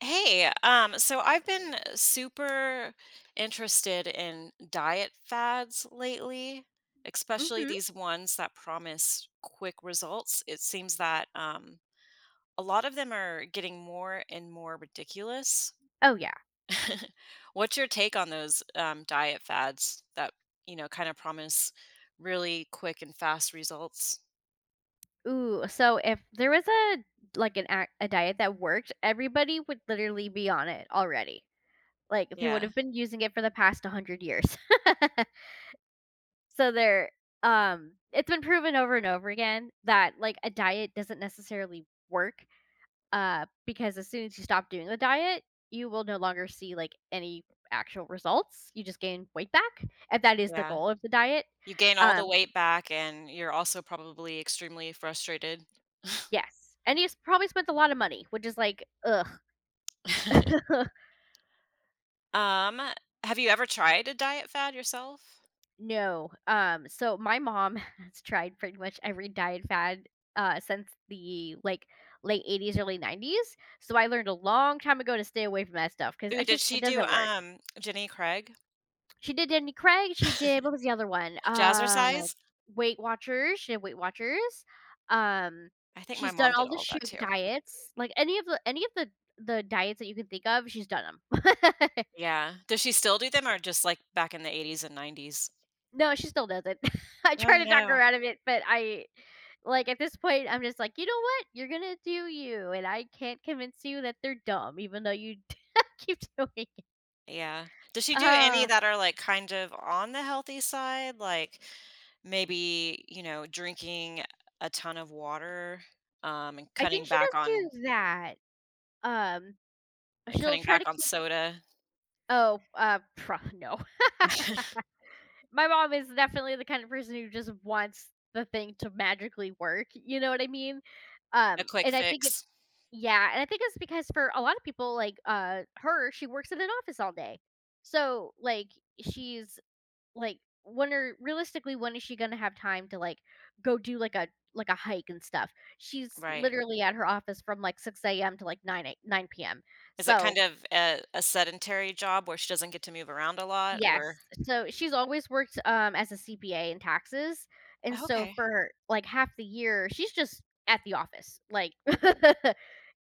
Hey, so I've been super interested in diet fads lately, especially Mhm. these ones that promise quick results. It seems that a lot of them are getting more and more ridiculous. Oh, yeah. What's your take on those diet fads that, kind of promise really quick and fast results? Ooh, so if there was a like an ac a diet that worked, everybody would literally be on it already. Like, they would Yeah, have been using it for the past 100 years. So they're it's been proven over and over again that, like, a diet doesn't necessarily work, because as soon as you stop doing the diet, you will no longer see, like, any actual results. You just gain weight back, and that is the yeah. goal of the diet. You gain all the Um, weight back, and you're also probably extremely frustrated. yes, and you s probably spent a lot of money, which is like, ugh. Um, have you ever tried a diet fad yourself? No, so my mom has tried pretty much every diet fad, since the, like, late 80s, early 90s, so I learned a long time ago to stay away from that stuff because Ooh, I did just she it do, doesn't work. Jenny Craig? She did Jenny Craig, she did what was the other one? Jazzercise? Weight Watchers, um, I think my she's done mom did all the all that shake too. diets, like, any of the the diets that you can think of, she's done them. Yeah. Does she still do them or just, like, back in the 80s and 90s? No, she still does it. I Oh, try to talk no. her out of it, but I like, at this point, I'm just like, "You know what? You're gonna do you, and I can't convince you that they're dumb, even though you keep doing it." Yeah. Does she do any Uh, that are, like, kind of on the healthy side? Like, maybe, drinking a ton of water, and I cutting think she back does on do that. Um, like, She'll cutting try back to on keep— soda, oh, pro no. My mom is definitely the kind of person who just wants the thing to magically work, you know what I mean? a quick And I think it fix. Yeah, and I think it's because for a lot of people, like her, she works in an office all day. So she's like when are realistically when is she gonna have time to like go do like a hike and stuff? She's Right. literally at her office from like 6 AM to like nine PM. Is it So— kind of a sedentary job where she doesn't get to move around a lot, or yes. So she's always worked as a CPA in taxes. And Oh, so okay. for like half the year, she's just at the office. Like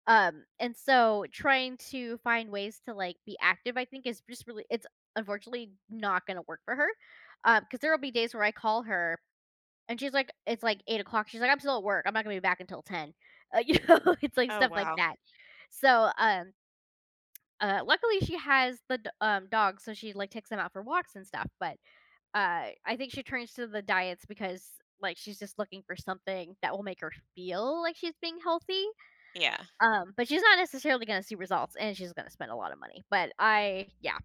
And so trying to find ways to, like, be active, I think is just really it's unfortunately not gonna work for her, because 'cause there'll be days where I call her and she's like— it's like 8 o'clock. She's like, "I'm still at work, I'm not gonna be back until 10." You know, it's like Oh, stuff like wow. that. So, luckily she has the d dog, so she, like, takes them out for walks and stuff, but, I think she turns to the diets because, like, she's just looking for something that will make her feel like she's being healthy, Yeah, but she's not necessarily gonna see results, and she's gonna spend a lot of money. But I yeah.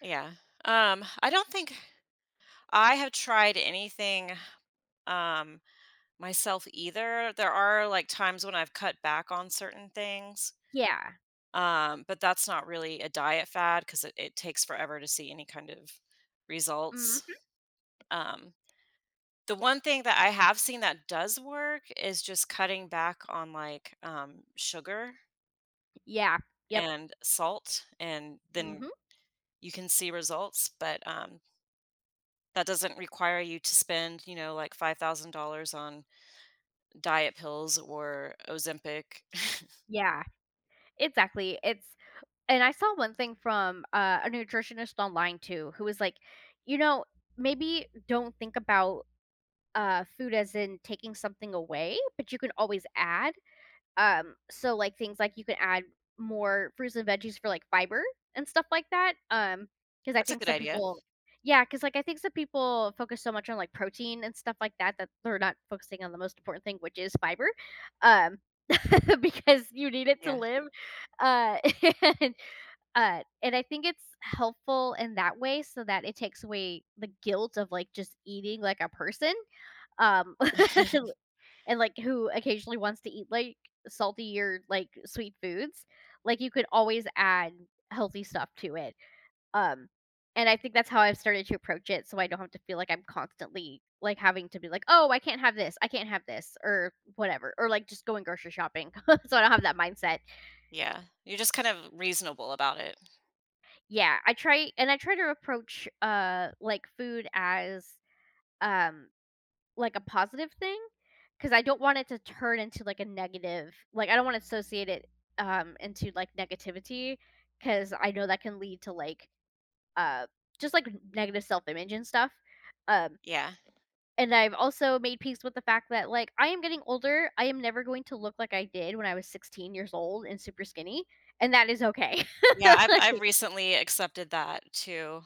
yeah. I don't think I have tried anything, um, myself either. There are, like, times when I've cut back on certain things, Yeah. But that's not really a diet fad because it takes forever to see any kind of Mhm. results. Um, the one thing that I have seen that does work is just cutting back on, like, sugar Yeah. Yep. and salt, and then Mhm. you can see results. But that doesn't require you to spend, like $5,000 on diet pills or Ozempic. Yeah. Exactly. It's And I saw one thing from, a nutritionist online too, who was like, "You know, maybe don't think about, food as in taking something away, but you can always add." So, like, things like you can add more fruits and veggies for, like, fiber and stuff like that. Because I That's a think good some idea. people Yeah, because I think some people focus so much on, like, protein and stuff like that that they're not focusing on the most important thing, which is fiber, um, because you need it to Yeah. live, uh, and, and I think it's helpful in that way so that it takes away the guilt of, like, just eating like a person, um, and like who occasionally wants to eat like salty or like sweet foods, like you could always add healthy stuff to it. Um, and I think that's how I've started to approach it, so I don't have to feel like I'm constantly having to be like, oh, I can't have this, I can't have this, or whatever, or like just going grocery shopping. So I don't have that mindset. Yeah. You're just kind of reasonable about it. Yeah, I try to approach like food as um like a positive thing, because I don't want it to turn into, like, a negative— like, I don't wanna associate it, into, like, negativity, because I know that can lead to, like, uh, just, like, negative self-image and stuff, um, Yeah. and I've also made peace with the fact that, like, I am getting older, I am never going to look like I did when I was 16 years old and super skinny, and that is okay. Yeah, I've Like— recently accepted that too.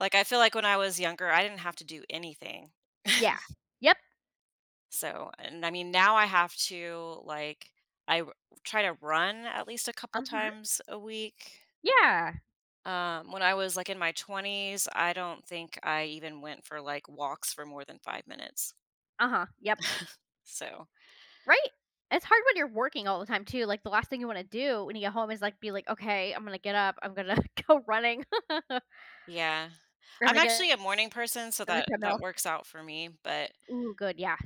Like I feel like when I was younger, I didn't have to do anything. Yeah. Yep. So, and I mean now I have to like I r- try to run at least a couple Uh huh. times a week. Yeah. When I was like in my 20s, I don't think I even went for like walks for more than 5 minutes. Uh-huh. Yep. So, Right? It's hard when you're working all the time too, like, the last thing you wanna do when you get home is, like, be like, "Okay, I'm gonna get up, I'm gonna go running, or yeah, I'm I'm gonna actually a get morning person, so on the that treadmill." works out for me. But Ooh, good, yeah,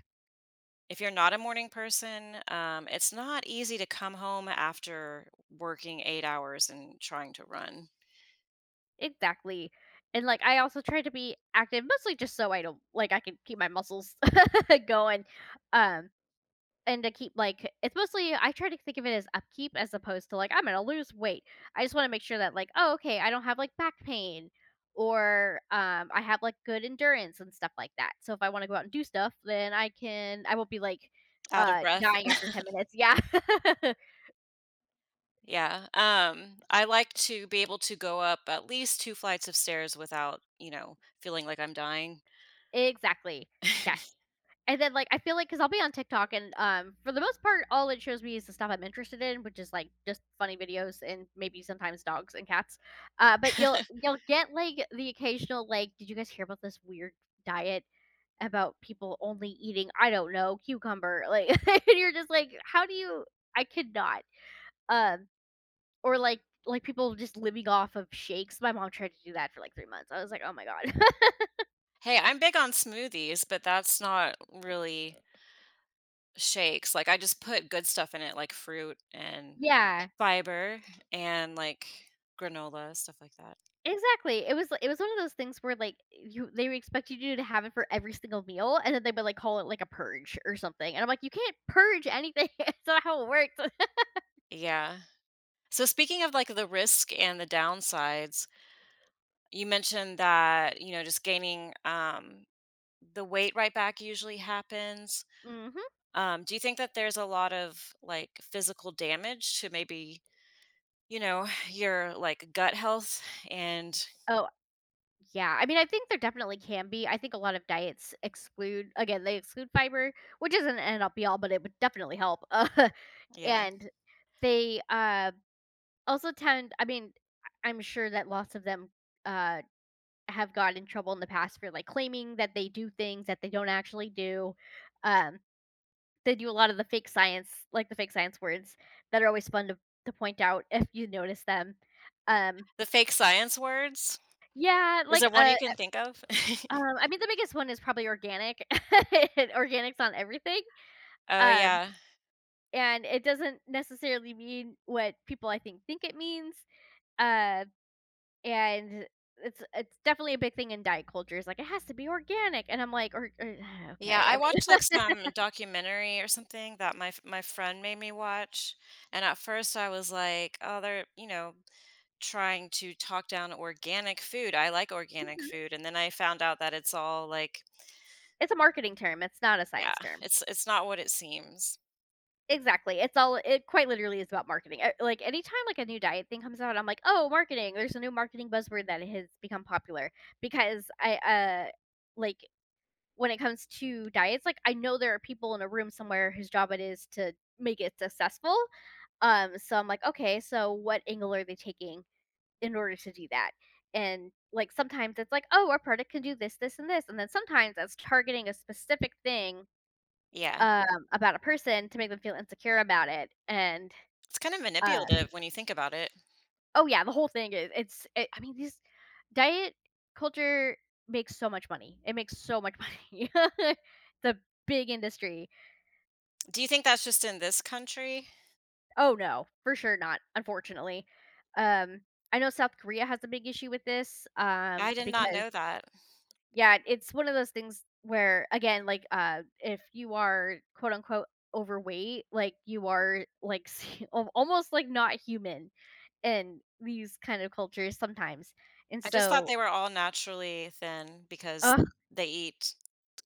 if you're not a morning person, it's not easy to come home after working 8 hours and trying to run exactly, and, like, I also try to be active mostly just so I don't— like, I can keep my muscles going, um And to keep, like— it's mostly I try to think of it as upkeep as opposed to, like, "I'm gonna lose weight." I just wanna make sure that, like, "Oh, okay, I don't have, like, back pain," or, I have, like, good endurance and stuff like that. So if I wanna go out and do stuff, then I won't be, like, out of breath. dying after 10 minutes. Yeah. Yeah, I like to be able to go up at least two flights of stairs without, feeling like I'm dying. Exactly. Yes. And then, like, I feel like, because 'cause I'll be on TikTok and, for the most part, all it shows me is the stuff I'm interested in, which is, like, just funny videos and maybe sometimes dogs and cats. But you'll you'll get, like, the occasional, like, "Did you guys hear about this weird diet about people only eating, I don't know, cucumber?" Like, and you're just like, "How do you— I could not." Um, or, like, people just living off of shakes. My mom tried to do that for, like, 3 months. I was like, "Oh my god." Hey, I'm big on smoothies, but that's not really shakes, like, I just put good stuff in it, like fruit and Yeah. fiber and, like, granola, stuff like that. Exactly. It was one of those things where, like, you they would expect you to have it for every single meal, and then they would, like, call it, like, a purge or something, and I'm like, "You can't purge anything. It's not how it works." Yeah. So speaking of, like, the risk and the downsides, you mentioned that, just gaining, the weight right back usually happens. Mhm. Do you think that there's a lot of like physical damage to maybe, your like gut health and Oh, yeah. I mean, I think there definitely can be. I think a lot of diets exclude— again, they exclude fiber, which isn't an end all be all, but it would definitely help. Uh, yeah, and they, also tend— I mean, I'm sure that lots of them, uh have gotten in trouble in the past for, like, claiming that they do things that they don't actually do. Um, they do a lot of the fake science— like, the fake science words that are always fun to point out if you notice them. Um, the fake science words? yeah, Is like, there one uh, you can think of? I mean, the biggest one is probably organic. Organic's on everything, Oh um, yeah. and it doesn't necessarily mean what people, I think it means, uh, and it's definitely a big thing in diet culture, it's like, "It has to be organic," and I'm like, "Or— or Yeah, okay." I I mean— watched like some documentary or something that my friend made me watch, and at first I was like, "Oh, they're, trying to talk down organic food. I like organic food." And then I found out that it's all like, It's a marketing term, it's not a yeah, science term. it's not what it seems. Exactly, it quite literally is about marketing. I Like, anytime, like, a new diet thing comes out, I'm like, "Oh, marketing, there's a new marketing buzzword that has become popular." Because like, when it comes to diets, like, I know there are people in a room somewhere whose job it is to make it successful, so I'm like, "Okay, so what angle are they taking in order to do that?" And, like, sometimes it's like, "Oh, our product can do this, this, and this," and then sometimes that's targeting a specific thing Yeah. About a person to make them feel insecure about it, and, It's kind of uh manipulative when you think about it. oh, yeah, the whole thing is— it I mean, these diet culture makes so much money. It makes so much money. It's a big industry. Do you think that's just in this country? Oh, no, for sure not, unfortunately. Um, I know South Korea has a big issue with this, I did not because know that. yeah, it's one of those things where, again, like, if you are, quote, unquote, "overweight," like, you are, like, al almost, like, not human. In these kind of cultures sometimes. And I just thought so, they were all naturally thin because ugh, they eat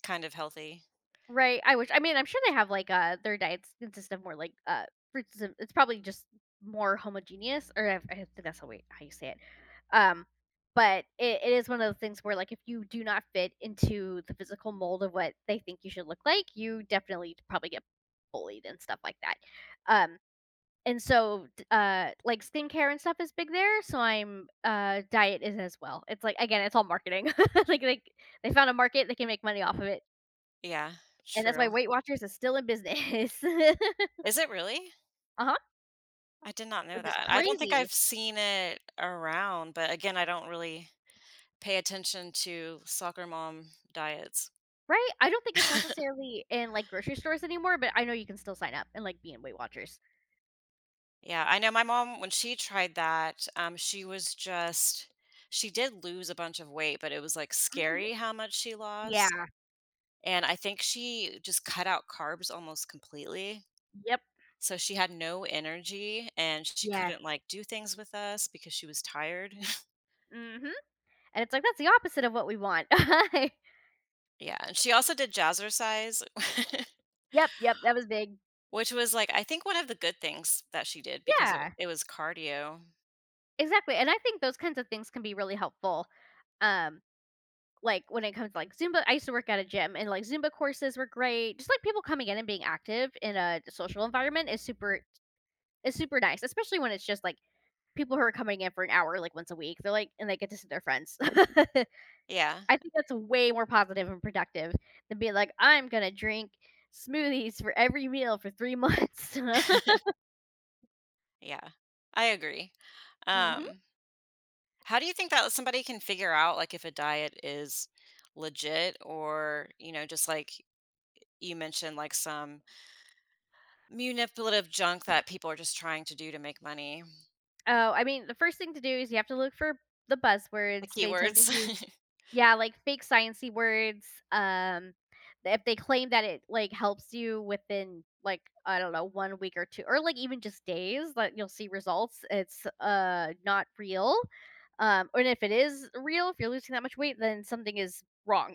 kind of healthy. right, I mean, I'm sure they have, like, their diets consist of more, like, fruits and— it's probably just more homogeneous, or I think that's how we how you say it. Um, but it is one of those things where, like, if you do not fit into the physical mold of what they think you should look like, you definitely probably get bullied and stuff like that. Um And so, d like, skincare and stuff is big there, so I'm diet is as well. It's like again, it's all marketing. Like, they found a market, they can make money off of it, Yeah, and that's why true. Weight Watchers is still in business. Is it really? Uh-huh, I did not know which is that. I don't think crazy, I've seen it around, but again, I don't really pay attention to soccer mom diets. right? I don't think it's necessarily in, like, grocery stores anymore, but I know you can still sign up and, like, be in Weight Watchers. Yeah, I know my mom, when she tried that, she was just she did lose a bunch of weight, but it was, like, Mhm. scary how much she lost, Yeah. and I think she just cut out carbs almost completely, Yep. so she had no energy, and she couldn't, Yes. like, do things with us because she was tired. Mhm. And it's like, that's the opposite of what we want. Yeah, and she also did jazzercise, Yep, yep, that was big. which was, like, I think one of the good things that she did because it Yeah. it was cardio. Exactly, and I think those kinds of things can be really helpful, um, like, when it comes to, like, Zumba. I used to work at a gym, and, like, Zumba courses were great. Just, like, people coming in and being active in a social environment is super nice, especially when it's just, like, people who are coming in for an hour, like, once a week. They're like and they get to see their friends. Yeah. I think that's way more positive and productive than being like, "I'm gonna drink smoothies for every meal for 3 months." Yeah. I agree. Mhm. Um, how do you think that somebody can figure out like if a diet is legit or, just like you mentioned, like some manipulative junk that people are just trying to do to make money? Oh, I mean, the first thing to do is you have to look for the The buzzwords. They tend to keywords. use. Yeah, like fake sciencey words, um, if they claim that it, like, helps you within, like, I don't know, 1 week or 2 or, like, even just days that you'll see results, it's, not real, and if it is real, if you're losing that much weight, then something is wrong.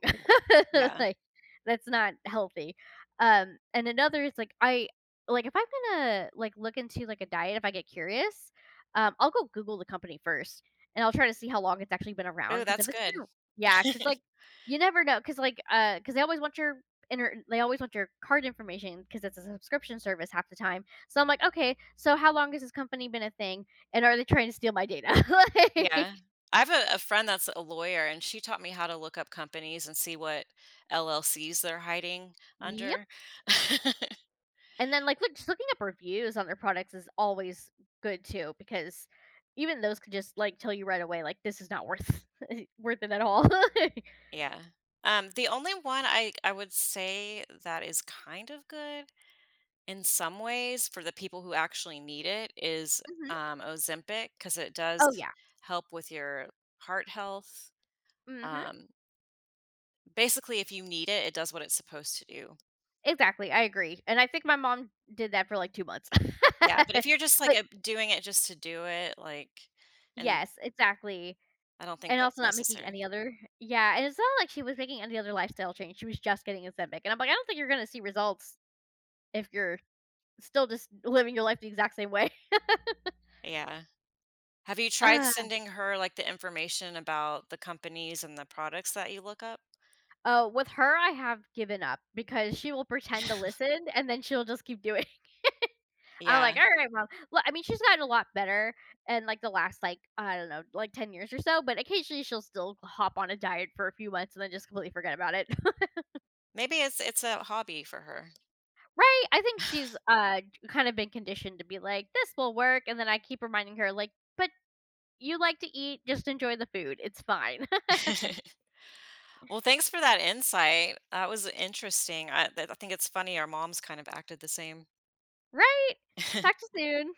yeah. Like, that's not healthy, and another is, like, I like, if I'm gonna, like, look into, like, a diet, if I get curious, I'll go Google the company first, and I'll try to see how long it's actually been around. Oh, Because that's if it's good. been yeah, cause like, you never know, cause they always want your inter they always want your card information, cause it's a subscription service half the time. So I'm like, "Okay, so how long has this company been a thing, and are they trying to steal my data?" yeah. Like I have a friend that's a lawyer and she taught me how to look up companies and see what LLCs they're hiding Yep, under. and then, like, look just looking up reviews on their products is always good too because even those could just, like, tell you right away, like, "This is not worth worth it at all." yeah. The only one I would say that is kind of good in some ways for the people who actually need it is Mhm. Ozempic because it Oh, does yeah. help with your heart health. Mhm. Um, basically, if you need it, it does what it's supposed to do. Exactly, I agree, and I think my mom did that for, like, 2 months. Yeah, but if you're just like But a, doing it just to do it, like, and Yes, exactly, I don't think and that's also not making necessary. any other yeah, and it's not like she was making any other lifestyle change, she was just getting Ozempic, and I'm like, "I don't think you're gonna see results if you're still just living your life the exact same way." Yeah. Have you tried Ugh, sending her like the information about the companies and the products that you look up? oh, with her, I have given up because she will pretend to listen, and then she'll just keep doing. I'm like, Yeah. "Alright, mom." Well, I mean, she's gotten a lot better in, like, the last, like, I don't know, like, 10 years or so, but occasionally she'll still hop on a diet for a few months and then just completely forget about it. Maybe it's a hobby for her. Right? I think she's, kind of been conditioned to be like, "This will work," and then I keep reminding her, like, "But you like to eat, just enjoy the food, it's fine." Well, thanks for that insight. That was interesting. I think it's funny. Our moms kind of acted the same. Right? Talk to you soon.